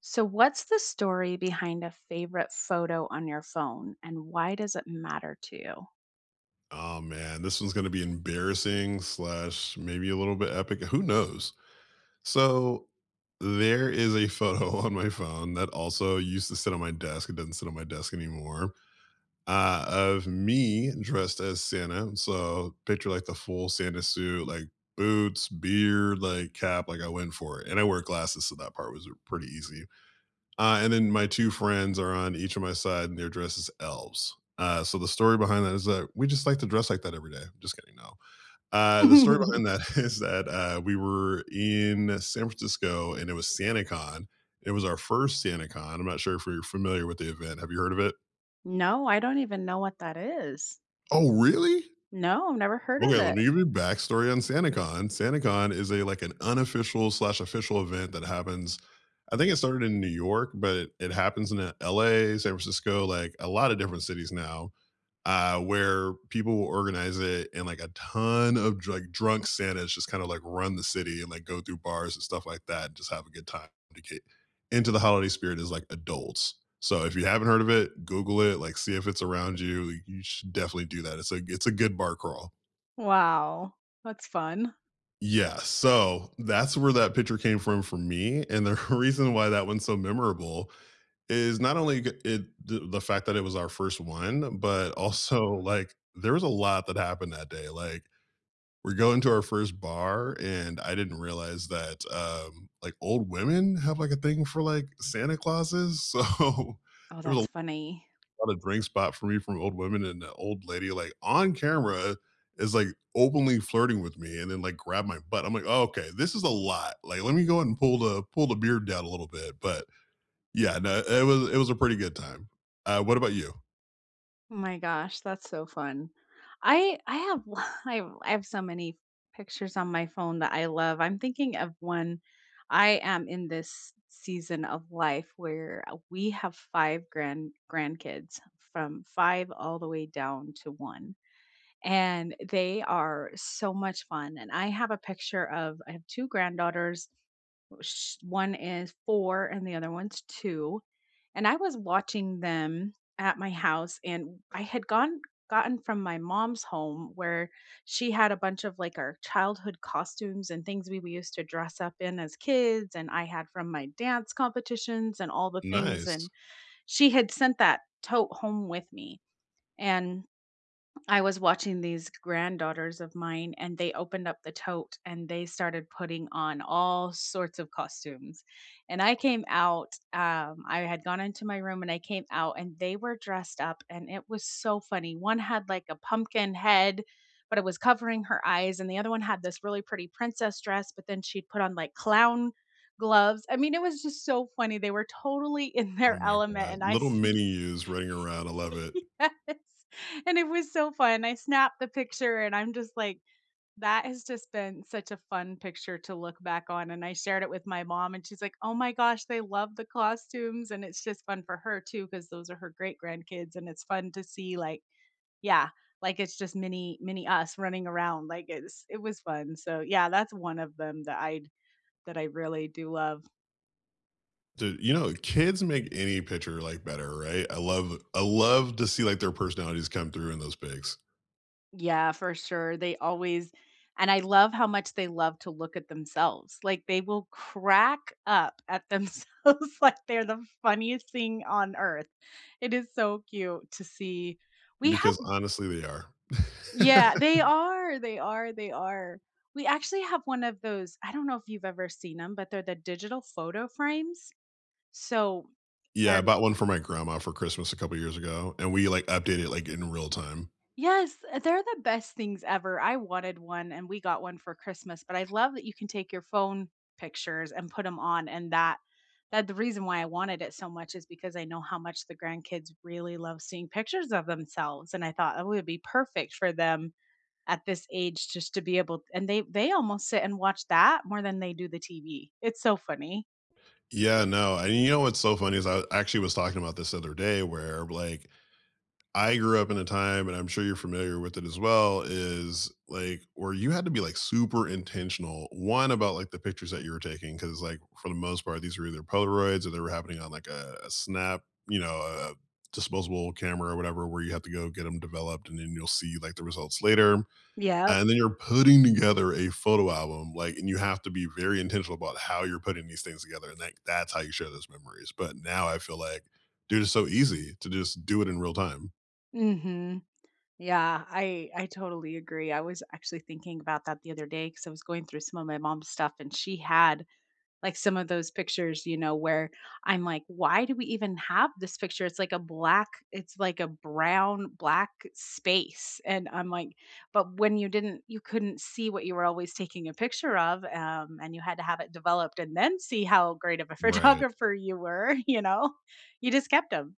So, what's the story behind a favorite photo on your phone and why does it matter to you? Oh man, this one's gonna be embarrassing slash maybe a little bit epic. Who knows? So there is a photo on my phone that also used to sit on my desk. It doesn't sit on my desk anymore. Of me dressed as Santa. So picture like the full Santa suit, like boots, beard, like cap. Like I went for it, and I wear glasses, so that part was pretty easy. And then my two friends are on each of my side, and they're dressed as elves. So the story behind that is that we just like to dress like that every day. Just kidding, no. The story behind that is that we were in San Francisco, and it was SantaCon. It was our first SantaCon. I'm not sure if you're familiar with the event. Have you heard of it? No, I don't even know what that is. Oh, really? No, I've never heard of Okay, let it. me give you backstory on SantaCon. SantaCon is a like an unofficial slash official event that happens. I think it started in New York, but it happens in LA, San Francisco, like a lot of different cities now, where people will organize it and like a ton of like drunk Santas just kind of like run the city and like go through bars and stuff like that and just have a good time to get into the holiday spirit as like adults. So if you haven't heard of it, Google it, like see if it's around you. You should definitely do that. It's a good bar crawl. Wow, that's fun. Yeah, so that's where that picture came from for me, and the reason why that one's so memorable is not only g it the fact that it was our first one, but also, like, there was a lot that happened that day, like, we're going to our first bar, and I didn't realize that, like, old women have, like, a thing for, like, Santa Clauses, so Oh, there was a that's funny. bought a drink spot for me from old women, and the old lady, like, on camera is, like, openly flirting with me and then, like, grab my butt. I'm like, "Oh, okay, this is a lot. Like, let me go ahead and pull the beard down a little bit." But, yeah, no, it was a pretty good time. What about you? Oh my gosh, that's so fun. I have I have so many pictures on my phone that I love. I'm thinking of one. I am in this season of life where we have five grandkids from five all the way down to one. And they are so much fun. And I have a picture of I have two granddaughters sh One is 4 and the other one's 2, and I was watching them at my house, and I had gone gotten from my mom's home where she had a bunch of, like, our childhood costumes and things we used to dress up in as kids, and I had from my dance competitions and all the things, Nice. and she had sent that tote home with me, and I was watching these granddaughters of mine, and they opened up the tote and they started putting on all sorts of costumes. And I came out, I had gone into my room and I came out, and they were dressed up, and it was so funny. One had like a pumpkin head, but it was covering her eyes, and the other one had this really pretty princess dress, but then she'd put on like clown gloves. I mean, it was just so funny. They were totally in Oh their my element, god. and I Little s- mini yous running around, I love it. Yes. And it was so fun. I snapped the picture and I'm just like, that has just been such a fun picture to look back on. And I shared it with my mom and she's like, oh my gosh, they love the costumes. And it's just fun for her too, because those are her great grandkids. And it's fun to see like, yeah, like it's just mini mini us running around. Like it was fun. So yeah, that's one of them that I really do love. Dude, you know, kids make any picture, like, better, right? I love to see, like, their personalities come through in those pics Yeah, for sure. They always and I love how much they love to look at themselves. Like they will crack up at themselves like they're the funniest thing on earth. It is so cute to see. We have because honestly, they are. yeah, they are. They are. They are. We actually have one of those. I don't know if you've ever seen them, but they're the digital photo frames. So Yeah, I they're bought one for my grandma for Christmas a couple years ago, and we, like, updated it, like, in real time. Yes, they're the best things ever. I wanted one and we got one for Christmas, but I love that you can take your phone pictures and put them on and that the reason why I wanted it so much is because I know how much the grandkids really love seeing pictures of themselves and I thought it would be perfect for them at this age just to be able and they almost sit and watch that more than they do the TV. It's so funny. Yeah, no, and you know what's so funny is I actually was talking about this the other day where, like, I grew up in a time, and I'm sure you're familiar with it as well, is, like, where you had to be, like, super intentional, one, about, like, the pictures that you were taking because like, for the most part, these were either Polaroids or they were happening on, like, a Snap, you know, a disposable camera or whatever where you have to go get them developed, and then you'll see, like, the results later. Yep. And then you're putting together a photo album, like, and you have to be very intentional about how you're putting these things together, and, like, that's how you share those memories, but now I feel like, dude, it's so easy to just do it in real time. Mhm. Yeah, I totally agree. I was actually thinking about that the other day because I was going through some of my mom's stuff and she had like some of those pictures, where I'm like, why do we even have this picture? It's like a brown black space. And I'm like, but when you didn't, you couldn't see what you were always taking a picture of, and you had to have it developed and then see how great of a Right. photographer you were. You just kept them.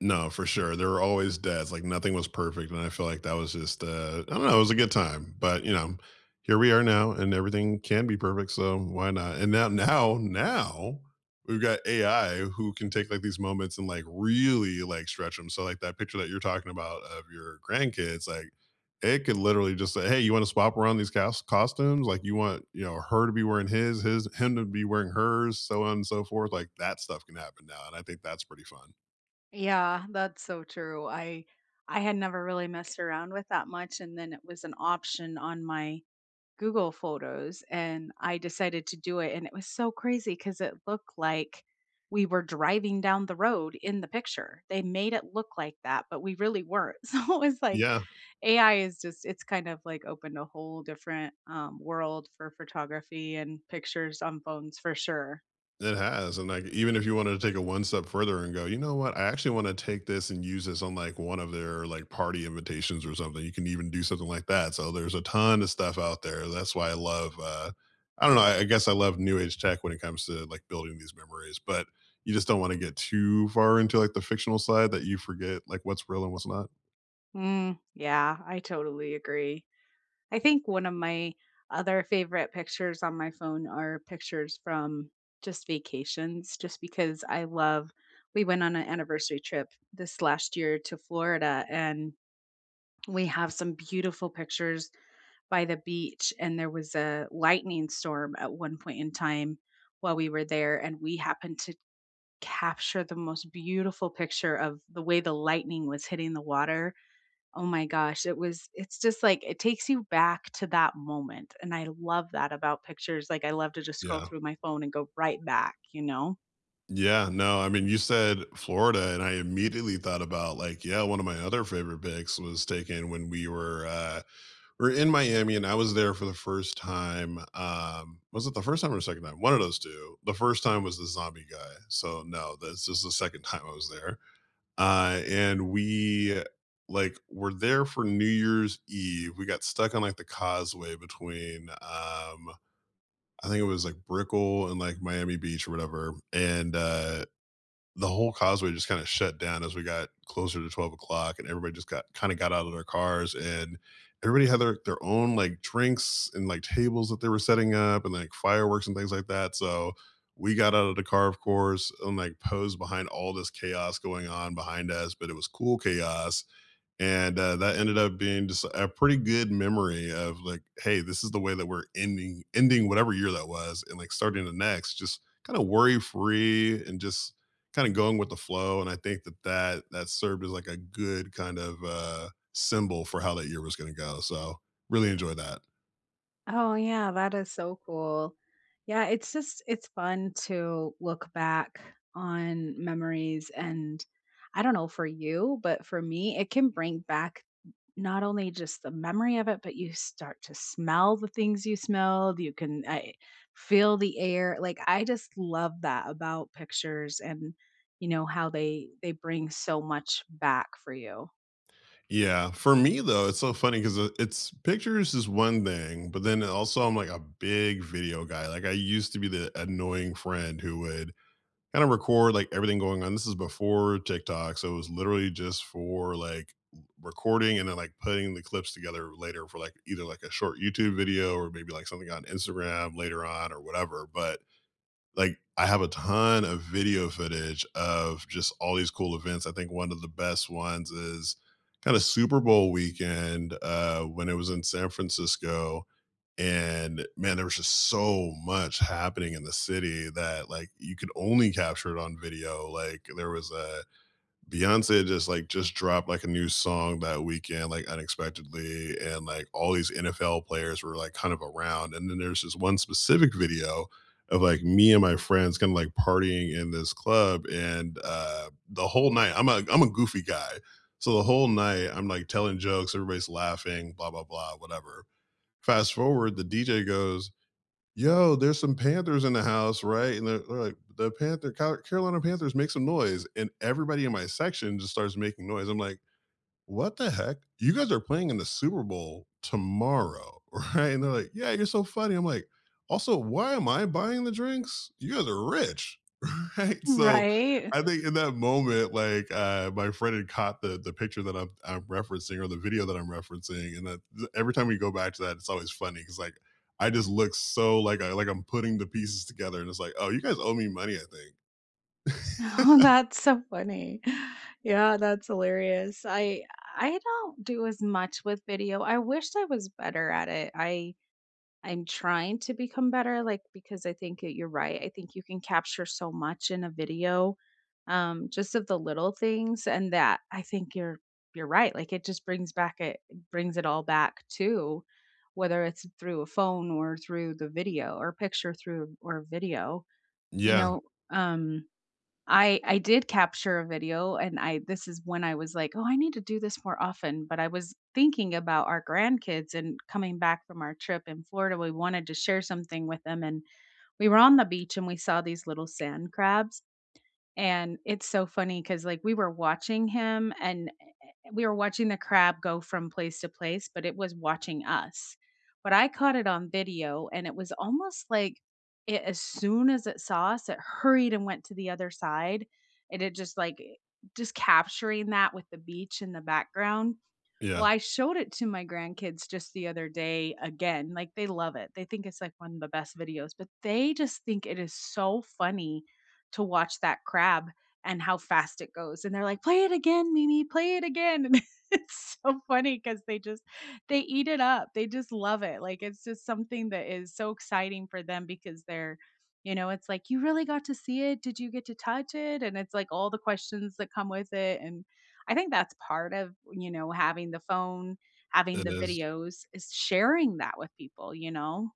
No, for sure. There were always deads, like, nothing was perfect, and I feel like that was just, I don't know, it was a good time, but, you know, here we are now, and everything can be perfect, so why not? And we've got AI who can take, like, these moments and, like, really, like, stretch them. So, like, that picture that you're talking about of your grandkids, like, it could literally just say, "Hey, you wanna swap around these costumes? Like, you want, you know, her to be wearing his, him to be wearing hers, so on and so forth," like, that stuff can happen now, and I think that's pretty fun. Yeah, that's so true. I had never really messed around with that much and then it was an option on my Google Photos and I decided to do it and it was so crazy cuz it looked like we were driving down the road in the picture. They made it look like that, but we really weren't. So it was like Yeah. AI is just it's kind of like opened a whole different world for photography and pictures on phones for sure. It has, and, like, even if you wanted to take it one step further and go, "You know what? I actually wanna take this and use this on, like, one of their, like, party invitations or something," you can even do something like that, so there's a ton of stuff out there, that's why I love, I don't know, I guess I love new age tech when it comes to, like, building these memories, but you just don't wanna get too far into, like, the fictional side that you forget, like, what's real and what's not. Mm, yeah, I totally agree. I think one of my other favorite pictures on my phone are pictures from just vacations, just because I love we went on an anniversary trip this last year to Florida, and we have some beautiful pictures by the beach. And there was a lightning storm at one point in time while we were there, and we happened to capture the most beautiful picture of the way the lightning was hitting the water. Oh my gosh, it's just like it takes you back to that moment, and I love that about pictures, like, I love to just scroll Yeah. through my phone and go right back, you know? Yeah, no, I mean, you said Florida, and I immediately thought about, like, yeah, one of my other favorite picks was taken when we are in Miami and I was there for the first time. Was it the first time or the second time? One of those two. The first time was the zombie guy. So no, this is the second time I was there. And we like were there for New Year's Eve. We got stuck on like the causeway between I think it was like Brickell and like Miami Beach or whatever. And the whole causeway just kind of shut down as we got closer to 12 o'clock and everybody just got kind of got out of their cars and everybody had their, own like drinks and like tables that they were setting up and like fireworks and things like that so we got out of the car of course and like posed behind all this chaos going on behind us but it was cool chaos and that ended up being just a pretty good memory of like hey this is the way that we're ending whatever year that was and like starting the next just kind of worry free and just kind of going with the flow and I think that served as like a good kind of symbol for how that year was going to go so really enjoy that. Oh, yeah, that is so cool. Yeah, it's fun to look back on memories and I don't know for you, but for me, it can bring back not only just the memory of it, but you start to smell the things you smelled. You can I feel the air. Like I just love that about pictures and you know how they bring so much back for you. Yeah, for me though it's so funny because it's pictures is one thing but then also I'm like a big video guy like I used to be the annoying friend who would kind of record like everything going on. This is before TikTok, so it was literally just for like recording and then like putting the clips together later for like either like a short YouTube video or maybe like something on Instagram later on or whatever. But like I have a ton of video footage of just all these cool events. I think one of the best ones is kind of Super Bowl weekend when it was in San Francisco and man there was just so much happening in the city that like you could only capture it on video like there was a Beyonce just just dropped like a new song that weekend like unexpectedly and like all these NFL players were like kind of around and then there's this one specific video of like me and my friends kind of like partying in this club and the whole night I'm a goofy guy so the whole night I'm like telling jokes everybody's laughing blah blah blah whatever. Fast forward, the DJ goes, "Yo, there's some Panthers in the house, right?" And they're like, "The Panther, Carolina Panthers, make some noise!" And everybody in my section just starts making noise. I'm like, what the heck? You guys are playing in the Super Bowl tomorrow, right? And they're like, yeah, you're so funny. I'm like, also, why am I buying the drinks? You guys are rich, right? So Right? I think in that moment, like my friend had caught the picture that I'm referencing or the video that I'm referencing, and every time we go back to that, it's always funny because like I just look so like I'm putting the pieces together, and it's like, oh, you guys owe me money, I think. Oh, that's so funny. Yeah, that's hilarious. I don't do as much with video. I wished I was better at it. I'm trying to become better like because I think that you're right. I think you can capture so much in a video just of the little things and that I think you're right. Like it just brings it all back to whether it's through a phone or through the video or picture through or video. You yeah, know, um I did capture a video and I this is when I was like, "Oh, I need to do this more often," but I was thinking about our grandkids and coming back from our trip in Florida, we wanted to share something with them and we were on the beach and we saw these little sand crabs and it's so funny because, like, we were watching him and we were watching the crab go from place to place, but it was watching us. But I caught it on video, and it was almost like it as soon as it saw us, it hurried and went to the other side, and it just, like, just capturing that with the beach in the background. Well, yeah, I showed it to my grandkids just the other day again. Like they love it. They think it's like one of the best videos, but they just think it is so funny to watch that crab and how fast it goes. And they're like, "Play it again, Mimi, play it again." And it's so funny cuz they eat it up. They just love it. Like it's just something that is so exciting for them because they're, it's like you really got to see it. Did you get to touch it? And it's like all the questions that come with it and I think that's part of, having the phone, having it the is. videos is sharing that with people, you know?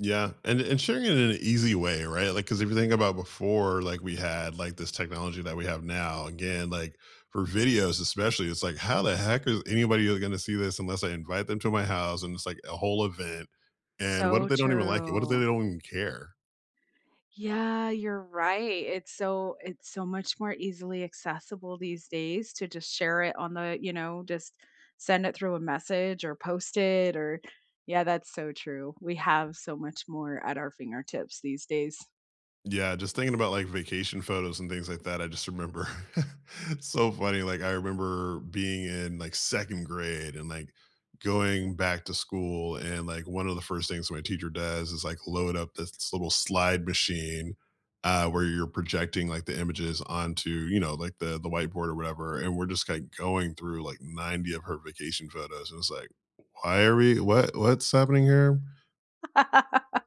Yeah, and sharing it in an easy way, right? Like, because if you think about before, like we had like this technology that we have now. Again, like for videos especially, it's like how the heck is anybody going to see this unless I invite them to my house? And it's like a whole event. And what if So they don't even like it? What if they true. don't even care? Yeah, you're right. It's so much more easily accessible these days to just share it on the, just send it through a message or post it or yeah, that's so true. We have so much more at our fingertips these days. Yeah, just thinking about, like, vacation photos and things like that, I just remember it's so funny, like, I remember being in, like, 2nd grade and, like, going back to school, and, like, one of the first things my teacher does is, like, load up this little slide machine, where you're projecting, like, the images onto, you know, like, the whiteboard or whatever, and we're just, like, going through, like, 90 of her vacation photos, and it's like, "Why are we what what's happening here?"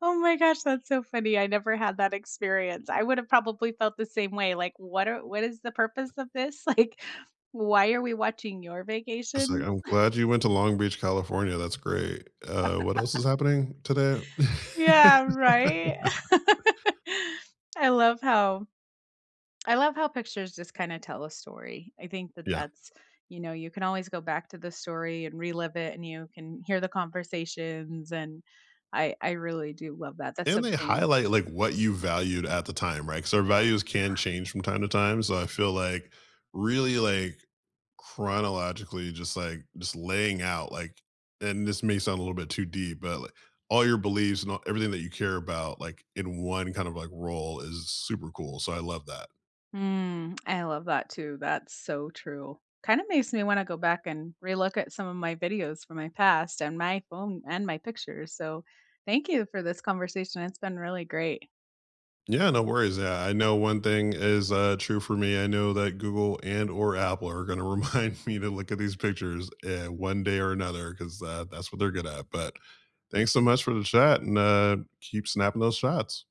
Oh my gosh, that's so funny. I never had that experience. I would have probably felt the same way. Like, what is the purpose of this? Like, why are we watching your It's like, vacation? I'm glad you went to Long Beach, California, that's great. What else is happening today? Yeah, right? I love how I love how pictures just kind of tell a story. I think that Yeah, that's, you know, you can always go back to the story and relive it and you can hear the conversations and I really do love that. That's and they something. highlight, like, what you valued at the time, right? Because our values can change from time to time, so I feel like really, like, chronologically just, like, just laying out, like and this may sound a little bit too deep, but, like, all your beliefs and all everything that you care about, like, in one kind of, like, roll is super cool, so I love that. Mm, I love that too. That's so true. Kind of makes me want to go back and relook at some of my videos from my past and my phone and my pictures. So, thank you for this conversation. It's been really great. Yeah, no worries. Yeah, I know one thing is true for me. I know that Google and or Apple are going to remind me to look at these pictures one day or another because that's what they're good at. But thanks so much for the chat and keep snapping those shots.